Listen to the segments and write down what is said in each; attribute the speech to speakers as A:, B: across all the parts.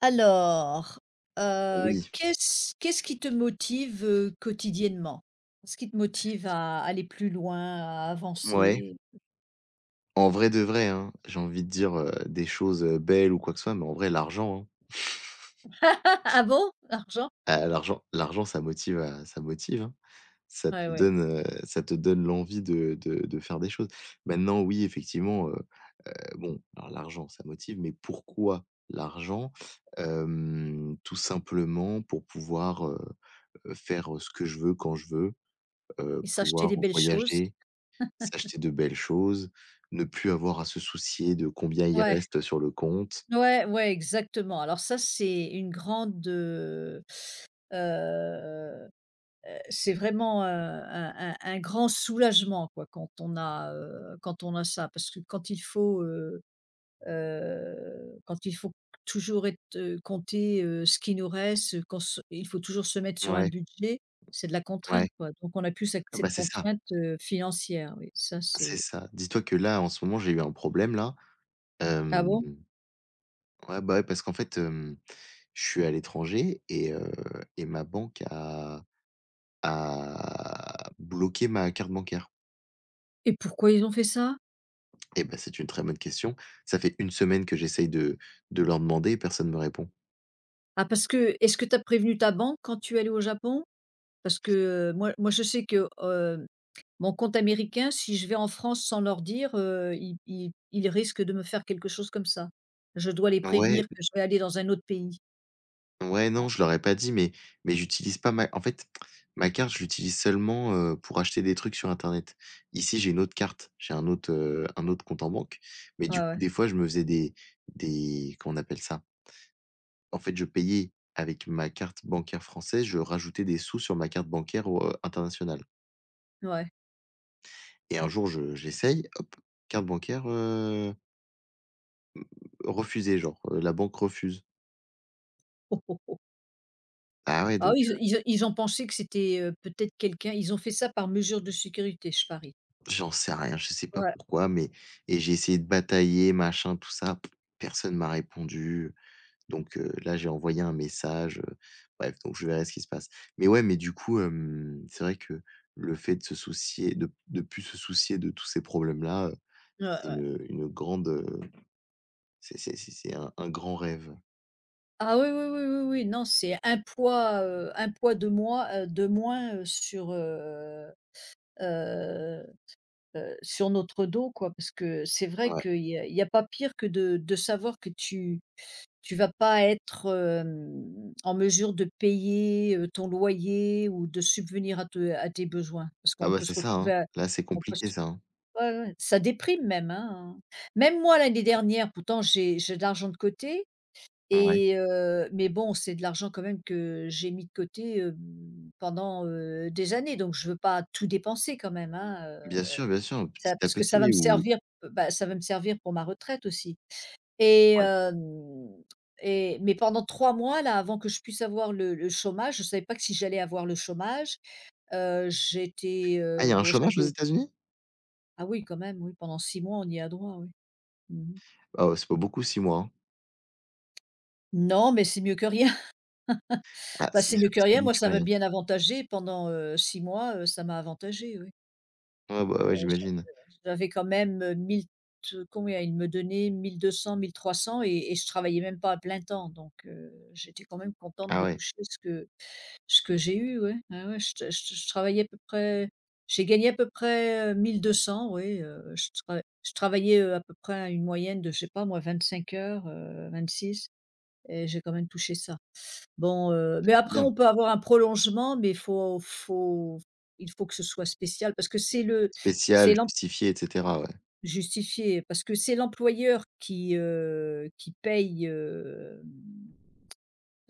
A: Alors,
B: Oui,
A: qu'est-ce qui te motive, quotidiennement? Ce qui te motive à aller plus loin, à
B: ouais,
A: avancer?
B: en vrai de vrai, hein, j'ai envie de dire, des choses, belles ou quoi que ce soit, mais en vrai l'argent,
A: Ah bon? L'argent?
B: hein, l'argent, ça motive, hein. Ça te
A: Ouais, ouais
B: donne, heu, ça te donne l'envie de faire des choses. Maintenant oui, effectivement, bon, alors l'argent ça motive, mais pourquoi l'argent? Tout simplement pour pouvoir, faire ce que je veux quand je veux,
A: et s'acheter
B: pouvoir
A: des belles choses.
B: voyager. S'acheter de belles choses, ne plus avoir à se soucier de combien il
A: Ouais,
B: reste sur le compte.
A: ouais, ouais, exactement. Alors ça, c'est une grande, heu, c'est vraiment, un grand soulagement, quoi, quand on a, quand on a ça. Parce que quand il faut toujours être, compter, ce qui nous reste, quand se il faut toujours se mettre sur un
B: Ouais,
A: budget, c'est de la contrainte,
B: ouais.
A: quoi. Donc on a plus cette
B: Ah bah,
A: cette
B: c'est ça,
A: contrainte, financière, oui, ça
B: c'est
A: c'est.
B: ça. Dis-toi que là, en ce moment, j'ai eu un problème là.
A: Ah
B: Hem,
A: bon?
B: ouais, bah, ouais, parce qu'en fait, je suis à l'étranger et ma banque a bloqué ma carte bancaire.
A: Et pourquoi ils ont fait ça?
B: Et bah, c'est une très bonne question. Ça fait une semaine que j'essaye de leur demander, et personne me répond.
A: Ah parce que est-ce que tu as prévenu ta banque quand tu es allé au Japon? Parce que, moi je sais que, mon compte américain, si je vais en France sans leur dire, ils risquent de me faire quelque chose comme ça. Je dois les
B: Ouais.
A: prévenir que je vais aller dans un autre pays.
B: Ouais, non, je leur ai pas dit, mais j'utilise pas ma en fait, ma carte, je l'utilise seulement, pour acheter des trucs sur internet. Ici, j'ai une autre carte, j'ai un autre compte en banque, mais
A: Ouais,
B: du coup,
A: ouais.
B: des fois, je me faisais des comment on appelle ça? En fait, je payais avec ma carte bancaire française, je rajoutais des sous sur ma carte bancaire au internationale.
A: Ouais.
B: Et un jour, je j'essaye, hop, carte bancaire, refusée, genre, la banque refuse. Ah ouais,
A: Ah
B: donc
A: oui, ils ont pensé que c'était, peut-être quelqu'un, ils ont fait ça par mesure de sécurité, je parie.
B: J'en sais rien, je sais pas
A: Ouais,
B: pourquoi, et j'ai essayé de batailler, machin, tout ça. Personne m'a répondu. Donc, là, j'ai envoyé un message, bref, donc je verrai ce qui se passe. Mais ouais, mais du coup, c'est vrai que le fait de se soucier de plus se soucier de tous ces problèmes-là,
A: ouais,
B: c'est
A: ouais.
B: une grande, c'est un grand rêve.
A: Ah oui, oui, oui, oui, oui, non, c'est un poids de moins, heu sur notre dos, quoi. Parce que c'est vrai
B: Ouais.
A: qu'il y a pas pire que de savoir que tu vas pas être, en mesure de payer, ton loyer ou de subvenir à tes besoins. Parce
B: Ah
A: qu'on
B: bah,
A: peut se
B: c'est ça,
A: retrouver
B: hein.
A: à
B: Là, c'est
A: on peut.
B: compliqué ça, hein.
A: Ouais, ouais, ça déprime même, hein. Même moi l'année dernière, pourtant j'ai de l'argent de côté
B: Ouais.
A: et mais bon, c'est de l'argent quand même que j'ai mis de côté, pendant, des années, donc je veux pas tout dépenser quand même, hein.
B: Bien sûr,
A: Ça
B: petit à
A: parce que ça va
B: petit
A: me
B: ou
A: servir, bah, ça va me servir pour ma retraite aussi et
B: ouais.
A: hem et mais pendant 3 mois là, avant que je puisse avoir le chômage, je savais pas que si j'allais avoir le chômage, j'étais,
B: Ah, il y a un
A: bon
B: chômage aux
A: j'avais.
B: États-Unis?
A: Ah oui quand même, oui, pendant 6 mois on y a droit, oui. Mmh.
B: Ah ouais, c'est pas beaucoup 6 mois, hein.
A: Non, mais c'est mieux que rien.
B: Ah,
A: Bah,
B: c'est
A: c'est mieux
B: sûr que
A: que
B: c'est
A: rien.
B: mieux
A: Moi,
B: que
A: ça m'a
B: rien.
A: bien avantagé pendant, 6 mois, ça m'a avantagé. Oui.
B: Ouais, bah, ouais,
A: Heu, j'a
B: j'imagine.
A: j'avais quand même, 1000, t combien il me donnait, 1200-1300, et je travaillais même pas à plein temps, donc j'étais quand même contente
B: Ah
A: de
B: ouais,
A: toucher ce que j'ai eu, ouais. Ouais, ouais, je t je travaillais à peu près, j'ai gagné à peu près, 1200, oui, je travaillais, à peu près à une moyenne de, je sais pas moi, 25 heures, 26, et j'ai quand même touché ça. Bon, mais
B: c'est
A: après
B: bien.
A: on peut avoir un prolongement, mais faut faut il faut que ce soit spécial parce que
B: Spécial,
A: c'est l'em
B: justifié et cetera, ouais.
A: justifié, parce que c'est l'employeur qui paye, hem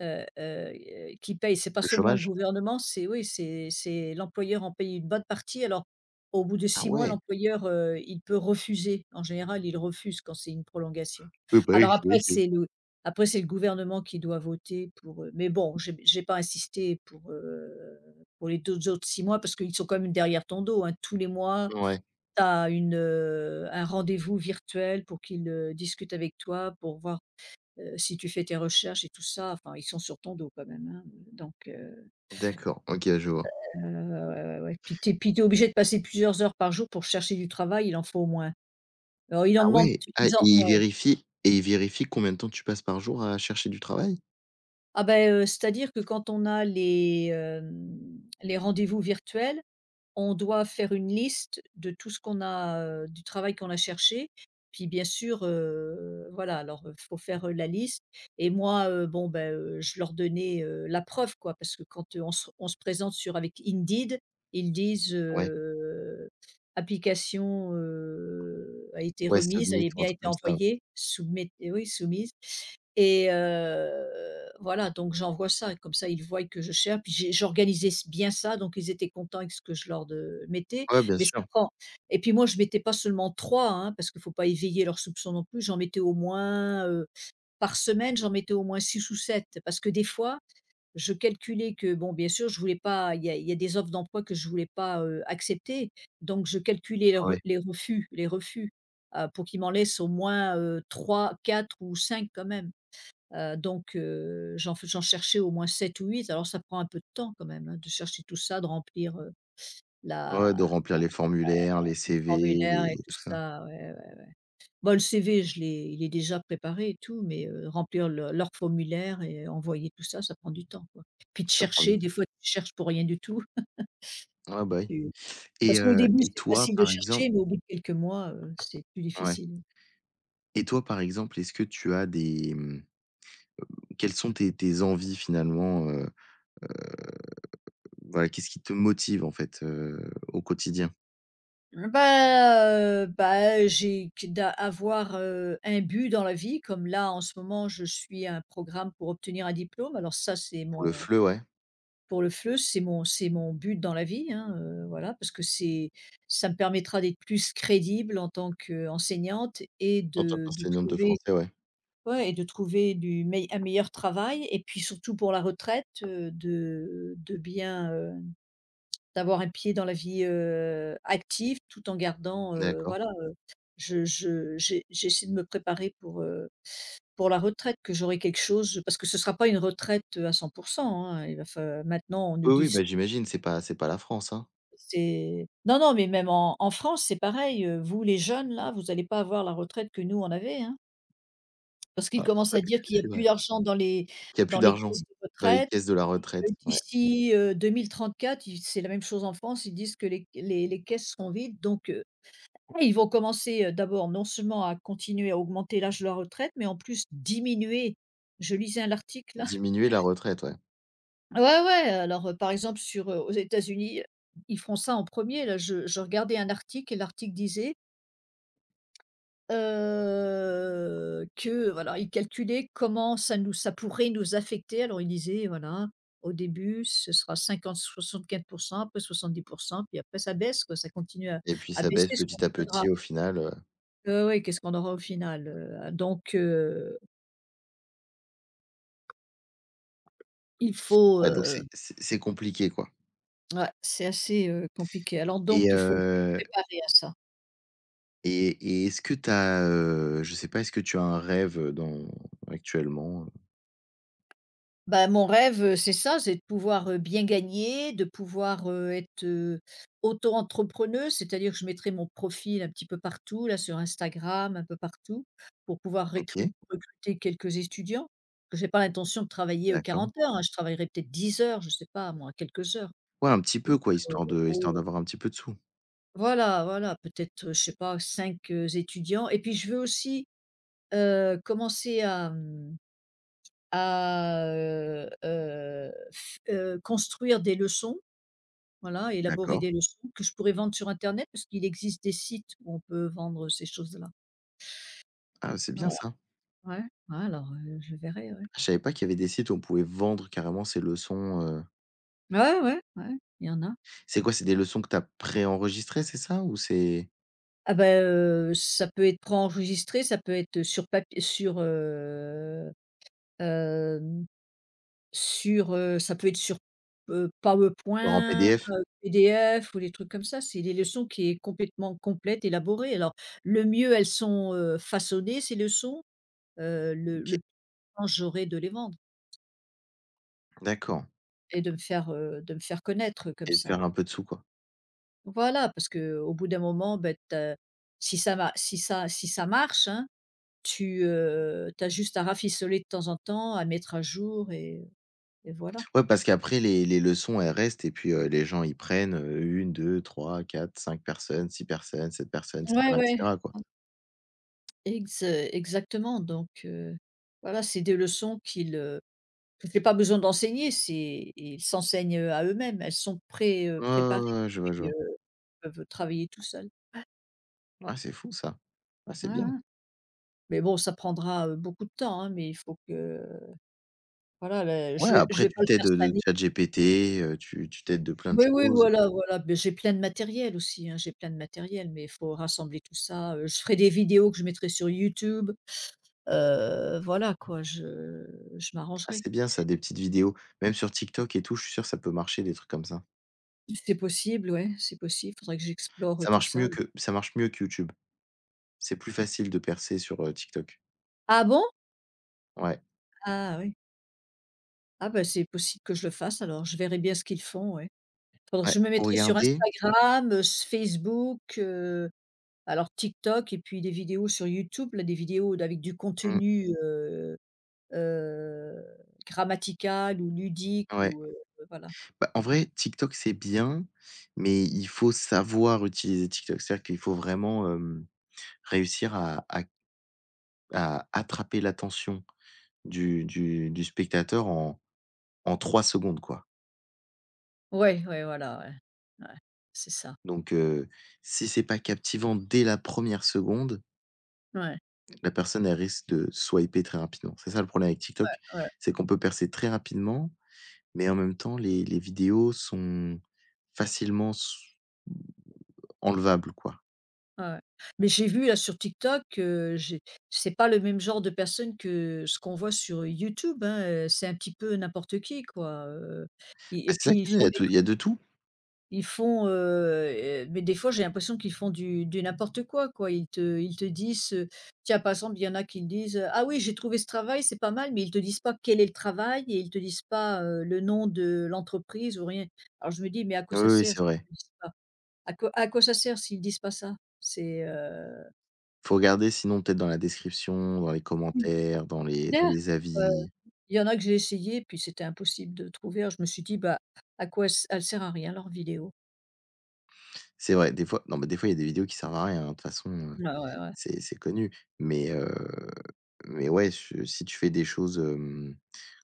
A: heu heu, qui paye. C'est pas
B: Le
A: seulement le
B: chômage?
A: gouvernement, c'est, oui, c'est l'employeur en paye une bonne partie. Alors, au bout de
B: Ah
A: 6 mois,
B: ouais.
A: l'employeur, il peut refuser. En général, il refuse quand c'est une prolongation.
B: Oui, bah, oui,
A: Alors
B: j'imagine.
A: après, c'est le gouvernement qui doit voter pour, mais bon, j'ai pas insisté pour les 2 autres 6 mois parce qu'ils sont quand même derrière ton dos, hein. Tous les mois,
B: Ouais,
A: tu as un rendez-vous virtuel pour qu'ils, discutent avec toi, pour voir, si tu fais tes recherches et tout ça, enfin ils sont sur ton dos quand même, hein, donc
B: d'accord, OK, je vois.
A: ouais, ouais, ouais, puis tu es obligé de passer plusieurs heures par jour pour chercher du travail, il en faut au moins. Alors il en
B: Ah
A: demande
B: ouais, ah, et
A: ils en Ouais.
B: il vérifie combien de temps tu passes par jour à chercher du travail?
A: Ah ben c'est-à-dire que quand on a les, les rendez-vous virtuels, on doit faire une liste de tout ce qu'on a, du travail qu'on a cherché. Puis bien sûr, voilà, alors, faut faire, la liste, et moi, je leur donnais, la preuve, quoi, parce que quand, on se présente sur avec Indeed, ils disent,
B: Ouais,
A: heu: «Application, a été
B: ouais,
A: remise, elle
B: Submit
A: est
B: ou un
A: bien
B: truc
A: été
B: comme ça, ouais.
A: envoyée, soumet» oui soumise. Et voilà, donc j'envoie ça, comme ça ils voient que je cherche, puis j'organisais s bien ça, donc ils étaient contents avec ce que je leur de mettais,
B: Ouais, bien
A: mais ça
B: sûr.
A: prend et puis moi je mettais pas seulement trois, hein, parce qu'il faut pas éveiller leurs soupçons non plus. J'en mettais au moins, Par semaine, j'en mettais au moins 6 ou sept, parce que des fois, je calculais que bon, bien sûr, je voulais pas il y a des offres d'emploi que je voulais pas, accepter, donc je calculais
B: Ah Ouais,
A: les refus, pour qu'ils m'en laissent au moins, 3-4 ou 5 quand même. Donc j'en cherchais au moins 7 ou 8. Alors ça prend un peu de temps quand même, hein, de chercher tout ça, de remplir,
B: ouais, de
A: la
B: remplir les formulaires, les
A: le
B: CV,
A: formulaire
B: les
A: et tout
B: tout ça.
A: ça, ouais, ouais. Bah, le CV, je l'ai il est déjà préparé et tout, mais remplir le leur formulaire et envoyer tout ça, ça prend du temps, quoi. Puis de
B: Ça prend du
A: chercher, des
B: temps.
A: fois, tu cherches pour rien du tout.
B: Ouais, bah, oui,
A: Tu parce qu'au début,
B: et
A: c'est
B: toi,
A: facile de
B: par exemple,
A: chercher, mais au bout de quelques mois, c'est plus
B: ouais,
A: difficile.
B: et toi, par exemple, est-ce que tu as des, mmh, quelles sont tes envies finalement, voilà, qu'est-ce qui te motive en fait, au quotidien?
A: Mmh, bah, j'ai que d'a avoir, un but dans la vie, comme là en ce moment je suis un programme pour obtenir un diplôme. Alors ça c'est
B: Pour le
A: mon,
B: FLE, ouais,
A: pour le FLE, c'est mon but dans la vie, hein, voilà, parce que c'est ça me permettra d'être plus crédible en tant qu'enseignante et
B: en tant
A: de
B: qu'enseignante de
A: trouver,
B: français, ouais.
A: ouais, et de trouver du mei un meilleur travail, et puis surtout pour la retraite, de bien, d'avoir un pied dans la vie, active, tout en gardant,
B: D'accord.
A: voilà, je j'essaie de me préparer pour la retraite, que j'aurai quelque chose, parce que ce ne sera pas une retraite, à 100%, hein. Il va fa maintenant on nous
B: Oui, oui,
A: dit
B: bah, j'imagine, c'est pas la France, hein.
A: c'est non, non, mais même en France, c'est pareil, vous les jeunes là, vous allez pas avoir la retraite que nous on avait, hein. Parce qu'ils
B: Ah,
A: commencent
B: ouais,
A: à dire qu'il y a
B: c'est vrai.
A: plus d'argent dans
B: Il y a plus
A: les
B: d'argent
A: caisses de
B: dans les
A: retraite,
B: caisses de la
A: que
B: retraite, ouais.
A: d'ici, 2034, ils c'est la même chose en France, ils disent que les caisses seront vides, donc, et ils vont commencer, d'abord non seulement à continuer à augmenter l'âge de la retraite, mais en plus diminuer. Je lisais un article. Là
B: Diminuer la retraite, ouais,
A: Ouais, ouais, alors, par exemple aux États-Unis, ils font ça en premier. Je regardais un article et l'article disait, que voilà, ils calculaient comment ça pourrait nous affecter. Alors il disait voilà, au début ce sera 50-75, après 70, puis après ça baisse, quoi, ça continue à
B: et puis ça baisse
A: baisser ce qu'on
B: petit à
A: nous donnera.
B: petit au final,
A: Oui, qu'est-ce qu'on aura au final? Donc il faut,
B: ouais, donc c'est compliqué, quoi.
A: ouais, c'est assez, compliqué. Alors donc
B: et
A: il faut être
B: heu
A: préparé à ça.
B: et et est-ce que tu as, je sais pas, est-ce que tu as un rêve, dans actuellement,
A: Bah, mon rêve, c'est ça, c'est de pouvoir, bien gagner, de pouvoir, être, auto-entrepreneuse, c'est-à-dire que je mettrai mon profil un petit peu partout, là, sur Instagram, un peu partout, pour pouvoir récru
B: OK,
A: recruter quelques étudiants. Parce que j'ai pas l'intention de travailler,
B: d'accord.
A: 40 heures, hein, je travaillerai peut-être 10 heures, je sais pas moi, quelques heures.
B: Ouais, un petit peu quoi, histoire d'avoir un petit peu de sous.
A: Voilà, voilà, peut-être, je sais pas, 5 étudiants, et puis je veux aussi, commencer à, mmh, à, f construire des leçons, voilà, élaborer
B: D'accord.
A: des leçons que je pourrais vendre sur internet parce qu'il existe des sites où on peut vendre ces choses-là.
B: Ah, c'est
A: Ah
B: bien ça.
A: ouais, ouais, alors, je verrai, ouais.
B: Je savais pas qu'il y avait des sites où on pouvait vendre carrément ces leçons,
A: Ouais, ouais, ouais, il y en a.
B: c'est quoi? C'est des leçons que tu as préenregistrées, c'est ça? Ou c'est
A: Ah ben, ça peut être enregistré, ça peut être sur papier hem ça peut être sur,
B: genre en
A: PowerPoint,
B: PDF?
A: PDF ou des trucs comme ça. C'est des leçons qui est complète, élaborée. Alors le mieux, elles sont, façonnées ces leçons, le
B: OK,
A: plus temps j'aurai de les vendre
B: d'accord,
A: et de me faire connaître comme
B: et de
A: ça.
B: faire un peu de sous, quoi.
A: Voilà, parce que au bout d'un moment, bah, tu si ça va si ça si ça marche, hein, tu as juste à rafistoler de temps en temps, à mettre à jour, et voilà.
B: Ouais, parce qu'après les leçons, elles restent et puis, les gens, ils prennent, 1-2-3-4-5 personnes, 6 personnes, 7 personnes
A: Ouais,
B: et
A: ouais.
B: cetera, quoi.
A: Exactement, donc voilà, c'est des leçons que j'ai pas besoin d'enseigner, c'est ils s'enseignent à eux-mêmes. Elles sont
B: Ouais,
A: préparées
B: ouais, ouais,
A: et
B: je vois, je
A: puis,
B: vois.
A: heu, peuvent travailler tout seuls.
B: Ah, c'est fou ça. Ah, c'est
A: Ouais,
B: bien.
A: ouais. Mais bon, ça prendra, beaucoup de temps, hein, mais il faut que voilà, le
B: Ouais,
A: je
B: après
A: vais pas
B: tu
A: le
B: t'aides,
A: faire cette
B: de
A: année.
B: ChatGPT, tu t'aides de plein de
A: Oui, oui,
B: choses.
A: voilà, voilà, mais j'ai plein de matériel aussi, hein, j'ai plein de matériel, mais il faut rassembler tout ça, je ferai des vidéos que je mettrai sur YouTube, voilà quoi, je
B: Ah,
A: m'arrangerai.
B: c'est bien ça, des petites vidéos. Même sur TikTok et tout, je suis sûr que ça peut marcher, des trucs comme ça.
A: C'est possible, ouais, c'est possible. Faudrait que j'explore, tout ça.
B: Ça marche mieux que YouTube. C'est plus facile de percer sur, TikTok.
A: Ah bon?
B: Ouais,
A: Ah oui. Ah ben c'est possible que je le fasse alors, je verrai bien ce qu'ils font, ouais. Faudrait que
B: ouais.
A: je me
B: Faut
A: mettrai sur
B: regarder,
A: Instagram, s Facebook, alors TikTok et puis des vidéos sur YouTube, là, des vidéos d avec du
B: mmh,
A: contenu, heu, grammatical ou ludique
B: ouais.
A: ou voilà.
B: Bah, en vrai, TikTok, c'est bien, mais il faut savoir utiliser TikTok. C'est-à-dire qu'il faut vraiment, réussir à attraper l'attention du spectateur en 3 secondes, quoi.
A: Ouais, ouais, voilà, ouais. Ouais, c'est ça.
B: Donc, si c'est pas captivant dès la première seconde
A: Ouais,
B: La personne, elle risque de swiper très rapidement. C'est ça le problème avec TikTok,
A: ouais,
B: c'est qu'on peut percer très rapidement, mais en même temps, les vidéos sont facilement s enlevables, quoi.
A: ouais, ouais. Mais j'ai vu là sur TikTok, j'ai c'est pas le même genre de personne que ce qu'on voit sur YouTube, hein, c'est un petit peu n'importe qui quoi, et
B: Bah, c'est ça
A: puis ils
B: qui est bien,
A: font des
B: il y a de tout.
A: ils font, mais des fois j'ai l'impression qu'ils font du n'importe quoi, quoi. Ils te disent, tiens par exemple il y en a qui disent, «Ah oui j'ai trouvé ce travail, c'est pas mal», mais ils te disent pas quel est le travail et ils te disent pas, le nom de l'entreprise ou rien. Alors je me dis: «Mais à quoi
B: Oui,
A: ça
B: oui,
A: sert?»
B: c'est vrai.
A: À quoi ça sert s'ils disent pas ça?
B: Faut regarder sinon peut-être dans la description, dans les
A: Mmh.
B: commentaires, dans
A: D'ailleurs,
B: les
A: heu,
B: avis.
A: il y en a que j'ai essayé, puis c'était impossible de trouver. Alors je me suis dit: «Bah, à quoi s elle sert à rien leur vidéo?»
B: C'est vrai, des fois non, mais des fois, il y a des vidéos qui servent à rien, hein, de toute façon,
A: Ouais, ouais, ouais.
B: c'est connu. Mais heu, mais ouais, je si tu fais des choses,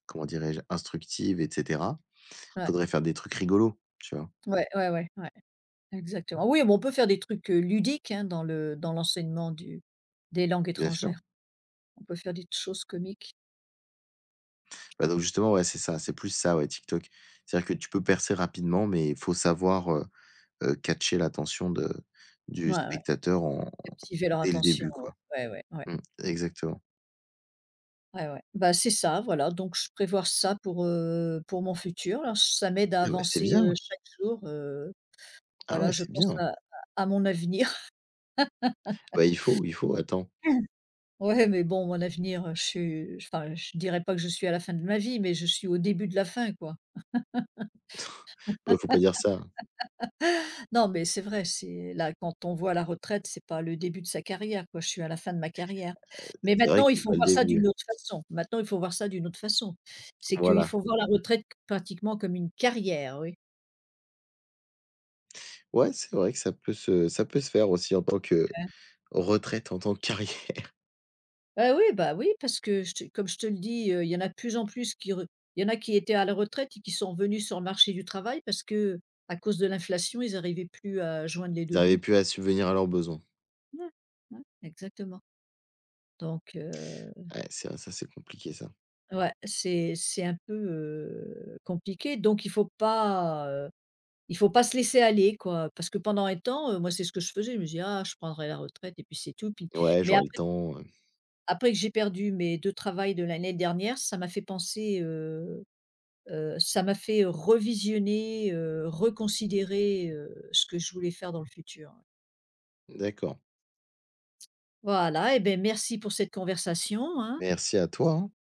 B: comment dirais-je? Instructives et cetera,
A: Ouais.
B: faudrait faire des trucs rigolos, tu vois?
A: Ouais, ouais, ouais, ouais, exactement. Oui, bon on peut faire des trucs, ludiques, hein, dans l'enseignement du des langues
B: Bien sûr.
A: étrangères. On peut faire des choses comiques.
B: Bah, donc justement, ouais, c'est ça, c'est plus ça, ouais, TikTok. C'est-à-dire que tu peux percer rapidement, mais il faut savoir, catcher l'attention de du
A: Ouais, ouais,
B: spectateur en
A: captiver leur
B: dès le
A: attention,
B: début,
A: ouais.
B: quoi.
A: Ouais, ouais, ouais.
B: Mmh, exactement.
A: Ouais, ouais. Bah, c'est ça, voilà, donc je prévois ça pour mon futur. Alors ça m'aide à
B: Ah bah, c'est
A: avancer,
B: bien.
A: chaque jour.
B: Ah
A: Voilà,
B: ouais,
A: je
B: c'est
A: pense
B: bien.
A: à mon avenir.
B: Bah, il faut, attends.
A: Ouais, mais bon, mon avenir, je suis enfin, je dirais pas que je suis à la fin de ma vie, mais je suis au début de la fin, quoi.
B: Bah, faut pas dire ça.
A: Non, mais c'est vrai, c'est là, quand on voit la retraite, c'est pas le début de sa carrière, quoi. Je suis à la fin de ma carrière. Mais
B: C'est vrai
A: maintenant,
B: que
A: il
B: c'est
A: faut
B: pas le
A: voir ça
B: début.
A: d'une autre façon. Maintenant, il faut voir ça d'une autre façon. C'est qu'il
B: Voilà.
A: faut voir la retraite pratiquement comme une carrière, oui.
B: Ouais, c'est vrai que ça peut se faire aussi en tant que retraite, en tant que carrière.
A: Oui, bah, oui, parce que je te comme je te le dis, il y en a de plus en plus qui re il y en a qui étaient à la retraite et qui sont revenus sur le marché du travail parce qu'à cause de l'inflation, ils arrivaient plus à joindre les
B: Ils
A: 2
B: arrivaient
A: bouts.
B: plus à subvenir à leurs besoins.
A: Ouais, ouais, exactement. Donc
B: Ouais, c'est ça, c'est compliqué ça.
A: ouais, c'est un peu, compliqué donc il faut pas se laisser aller quoi. Parce que pendant un temps, moi c'est ce que je faisais, je me disais: «Ah, je prendrai la retraite et puis c'est tout» puis
B: Ouais,
A: mais
B: j'aurai le
A: après
B: temps,
A: après que j'ai perdu mes 2 travails de l'année dernière, ça m'a fait penser, ça m'a fait revisionner, reconsidérer, ce que je voulais faire dans le futur, ouais.
B: d'accord.
A: Voilà et beh, merci pour cette conversation, hein.
B: Merci à toi, hein.